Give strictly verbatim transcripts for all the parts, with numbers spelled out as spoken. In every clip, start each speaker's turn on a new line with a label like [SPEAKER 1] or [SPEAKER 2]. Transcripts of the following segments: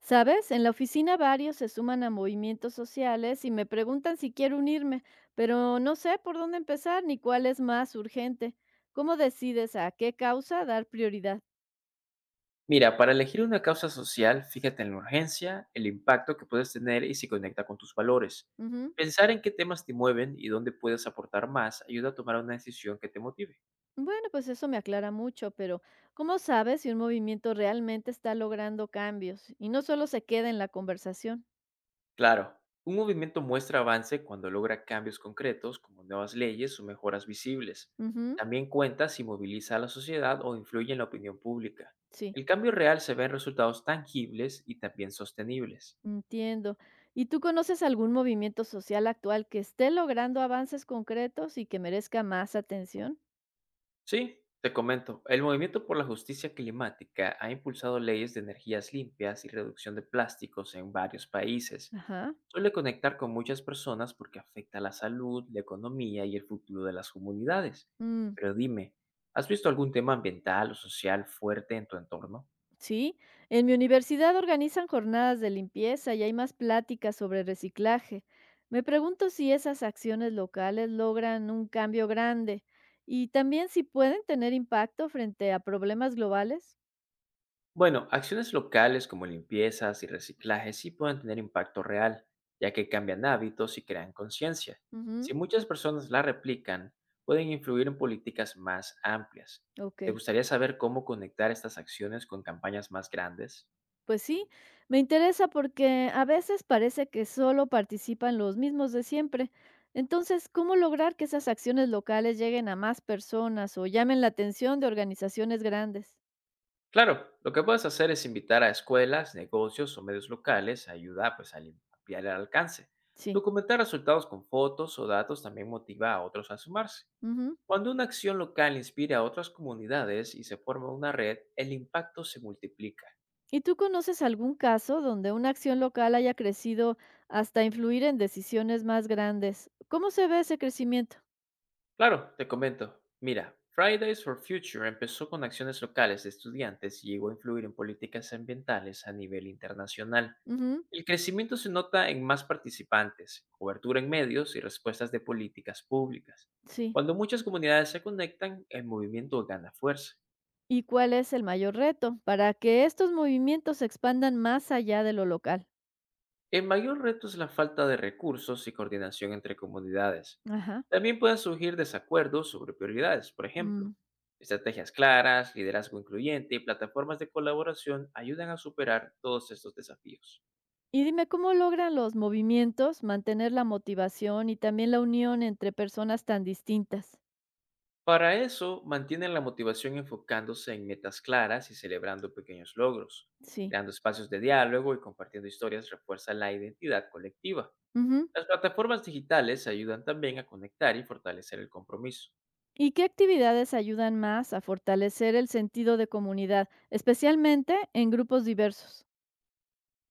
[SPEAKER 1] ¿Sabes? En la oficina varios se suman a movimientos sociales y me preguntan si quiero unirme, pero no sé por dónde empezar ni cuál es más urgente. ¿Cómo decides a qué causa dar prioridad?
[SPEAKER 2] Mira, para elegir una causa social, fíjate en la urgencia, el impacto que puedes tener y si conecta con tus valores.
[SPEAKER 1] Ujú.
[SPEAKER 2] Pensar en qué temas te mueven y dónde puedes aportar más ayuda a tomar una decisión que te motive.
[SPEAKER 1] Bueno, pues eso me aclara mucho, pero ¿cómo sabes si un movimiento realmente está logrando cambios y no solo se queda en la conversación?
[SPEAKER 2] Claro, un movimiento muestra avance cuando logra cambios concretos como nuevas leyes o mejoras visibles.
[SPEAKER 1] Ujú.
[SPEAKER 2] También cuenta si moviliza a la sociedad o influye en la opinión pública.
[SPEAKER 1] Sí,
[SPEAKER 2] El cambio real se ve en resultados tangibles y también sostenibles.
[SPEAKER 1] entiendo. ¿Y tú conoces algún movimiento social actual que esté logrando avances concretos y que merezca más atención?
[SPEAKER 2] Sí, te comento. El movimiento por la justicia climática ha impulsado leyes de energías limpias y reducción de plásticos en varios países.
[SPEAKER 1] Ajá.
[SPEAKER 2] Suele conectar con muchas personas porque afecta a la salud, la economía y el futuro de las comunidades.
[SPEAKER 1] Mm.
[SPEAKER 2] Pero dime, ¿has visto algún tema ambiental o social fuerte en tu entorno?
[SPEAKER 1] Sí, en mi universidad organizan jornadas de limpieza y hay más pláticas sobre reciclaje. Me pregunto si esas acciones locales logran un cambio grande y también si pueden tener impacto frente a problemas globales.
[SPEAKER 2] Bueno, acciones locales como limpiezas y reciclaje sí pueden tener impacto real, ya que cambian hábitos y crean conciencia. Si
[SPEAKER 1] Ujú.
[SPEAKER 2] muchas personas la replican, pueden influir en políticas más amplias.
[SPEAKER 1] Ok,
[SPEAKER 2] ¿Te gustaría saber cómo conectar estas acciones con campañas más grandes?
[SPEAKER 1] pues sí, me interesa porque a veces parece que solo participan los mismos de siempre. Entonces, ¿cómo lograr que esas acciones locales lleguen a más personas o llamen la atención de organizaciones grandes?
[SPEAKER 2] Claro, lo que puedes hacer es invitar a escuelas, negocios o medios locales a ayudar pues, a lim- ampliar el alcance.
[SPEAKER 1] Sí.
[SPEAKER 2] Documentar resultados con fotos o datos también motiva a otros a sumarse.
[SPEAKER 1] Ujú.
[SPEAKER 2] Cuando una acción local inspira a otras comunidades y se forma una red, el impacto se multiplica.
[SPEAKER 1] ¿Y tú conoces algún caso donde una acción local haya crecido hasta influir en decisiones más grandes? ¿Cómo se ve ese crecimiento?
[SPEAKER 2] Claro, te comento. Mira, Fridays for Future empezó con acciones locales de estudiantes y llegó a influir en políticas ambientales a nivel internacional.
[SPEAKER 1] Ujú.
[SPEAKER 2] El crecimiento se nota en más participantes, cobertura en medios y respuestas de políticas públicas.
[SPEAKER 1] Sí.
[SPEAKER 2] Cuando muchas comunidades se conectan, el movimiento gana fuerza.
[SPEAKER 1] ¿Y cuál es el mayor reto para que estos movimientos se expandan más allá de lo local?
[SPEAKER 2] El mayor reto es la falta de recursos y coordinación entre comunidades.
[SPEAKER 1] Ajá.
[SPEAKER 2] También pueden surgir desacuerdos sobre prioridades, por ejemplo.
[SPEAKER 1] Mm.
[SPEAKER 2] Estrategias claras, liderazgo incluyente y plataformas de colaboración ayudan a superar todos estos desafíos.
[SPEAKER 1] Y dime, ¿cómo logran los movimientos mantener la motivación y también la unión entre personas tan distintas?
[SPEAKER 2] Para eso, mantienen la motivación enfocándose en metas claras y celebrando pequeños logros.
[SPEAKER 1] Sí.
[SPEAKER 2] Creando espacios de diálogo y compartiendo historias refuerza la identidad colectiva.
[SPEAKER 1] Ujú.
[SPEAKER 2] Las plataformas digitales ayudan también a conectar y fortalecer el compromiso.
[SPEAKER 1] ¿Y qué actividades ayudan más a fortalecer el sentido de comunidad, especialmente en grupos diversos?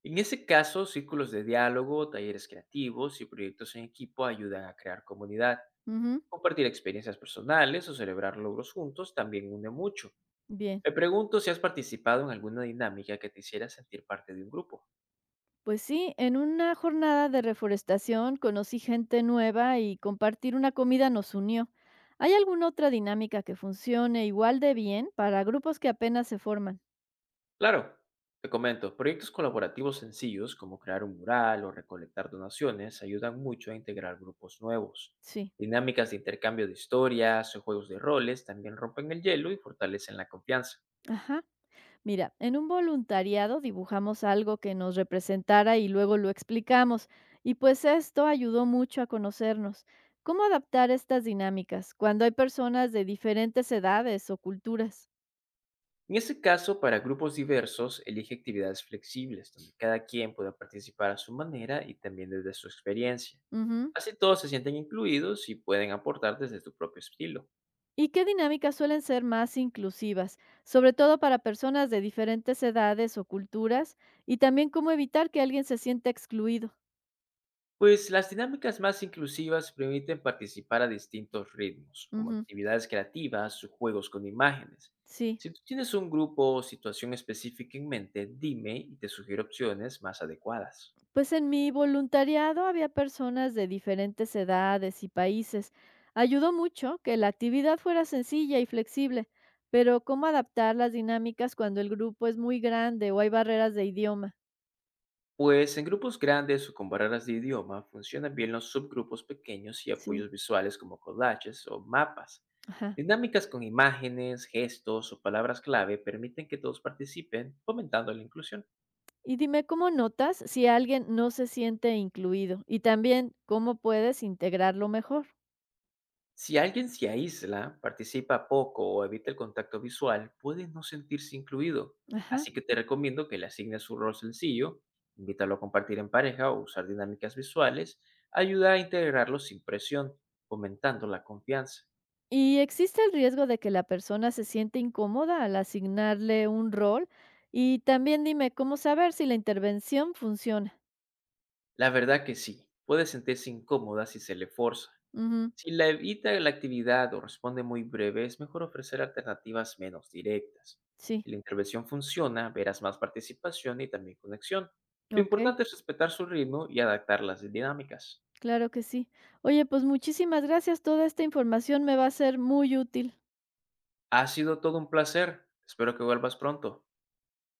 [SPEAKER 2] En ese caso, círculos de diálogo, talleres creativos y proyectos en equipo ayudan a crear comunidad.
[SPEAKER 1] Ujú.
[SPEAKER 2] Compartir experiencias personales o celebrar logros juntos también une mucho.
[SPEAKER 1] Bien.
[SPEAKER 2] Me pregunto si has participado en alguna dinámica que te hiciera sentir parte de un grupo.
[SPEAKER 1] Pues sí, en una jornada de reforestación conocí gente nueva y compartir una comida nos unió. ¿Hay alguna otra dinámica que funcione igual de bien para grupos que apenas se forman?
[SPEAKER 2] Claro, te comento, proyectos colaborativos sencillos como crear un mural o recolectar donaciones ayudan mucho a integrar grupos nuevos.
[SPEAKER 1] Sí.
[SPEAKER 2] Dinámicas de intercambio de historias o juegos de roles también rompen el hielo y fortalecen la confianza.
[SPEAKER 1] Ajá. Mira, en un voluntariado dibujamos algo que nos representara y luego lo explicamos. Y pues esto ayudó mucho a conocernos. ¿Cómo adaptar estas dinámicas cuando hay personas de diferentes edades o culturas?
[SPEAKER 2] En ese caso, para grupos diversos, elige actividades flexibles, donde cada quien pueda participar a su manera y también desde su experiencia.
[SPEAKER 1] Ujú.
[SPEAKER 2] Así todos se sienten incluidos y pueden aportar desde su propio estilo.
[SPEAKER 1] ¿Y qué dinámicas suelen ser más inclusivas, sobre todo para personas de diferentes edades o culturas? Y también cómo evitar que alguien se sienta excluido.
[SPEAKER 2] Pues las dinámicas más inclusivas permiten participar a distintos ritmos, como
[SPEAKER 1] Ujú.
[SPEAKER 2] actividades creativas o juegos con imágenes.
[SPEAKER 1] Sí,
[SPEAKER 2] Si tú tienes un grupo o situación específica en mente, dime y te sugiero opciones más adecuadas.
[SPEAKER 1] pues en mi voluntariado había personas de diferentes edades y países. Ayudó mucho que la actividad fuera sencilla y flexible, pero ¿cómo adaptar las dinámicas cuando el grupo es muy grande o hay barreras de idioma?
[SPEAKER 2] Pues en grupos grandes o con barreras de idioma funcionan bien los subgrupos pequeños y
[SPEAKER 1] Sí,
[SPEAKER 2] apoyos visuales como collages o mapas.
[SPEAKER 1] ajá.
[SPEAKER 2] Dinámicas con imágenes, gestos o palabras clave permiten que todos participen, fomentando la inclusión.
[SPEAKER 1] Y dime, ¿cómo notas si alguien no se siente incluido? Y también, ¿cómo puedes integrarlo mejor?
[SPEAKER 2] Si alguien se aísla, participa poco o evita el contacto visual, puede no sentirse incluido.
[SPEAKER 1] Ajá.
[SPEAKER 2] Así que te recomiendo que le asignes un rol sencillo, invítalo a compartir en pareja o usar dinámicas visuales, ayuda a integrarlo sin presión, fomentando la confianza.
[SPEAKER 1] ¿Y existe el riesgo de que la persona se siente incómoda al asignarle un rol? Y también dime, ¿cómo saber si la intervención funciona?
[SPEAKER 2] La verdad que sí, puede sentirse incómoda si se le forza.
[SPEAKER 1] Ujú.
[SPEAKER 2] Si la evita la actividad o responde muy breve, es mejor ofrecer alternativas menos directas.
[SPEAKER 1] Sí,
[SPEAKER 2] Si la intervención funciona, verás más participación y también conexión. Lo
[SPEAKER 1] ok,
[SPEAKER 2] importante es respetar su ritmo y adaptar las dinámicas.
[SPEAKER 1] claro que sí. Oye, pues muchísimas gracias. Toda esta información me va a ser muy útil.
[SPEAKER 2] Ha sido todo un placer. Espero que vuelvas pronto.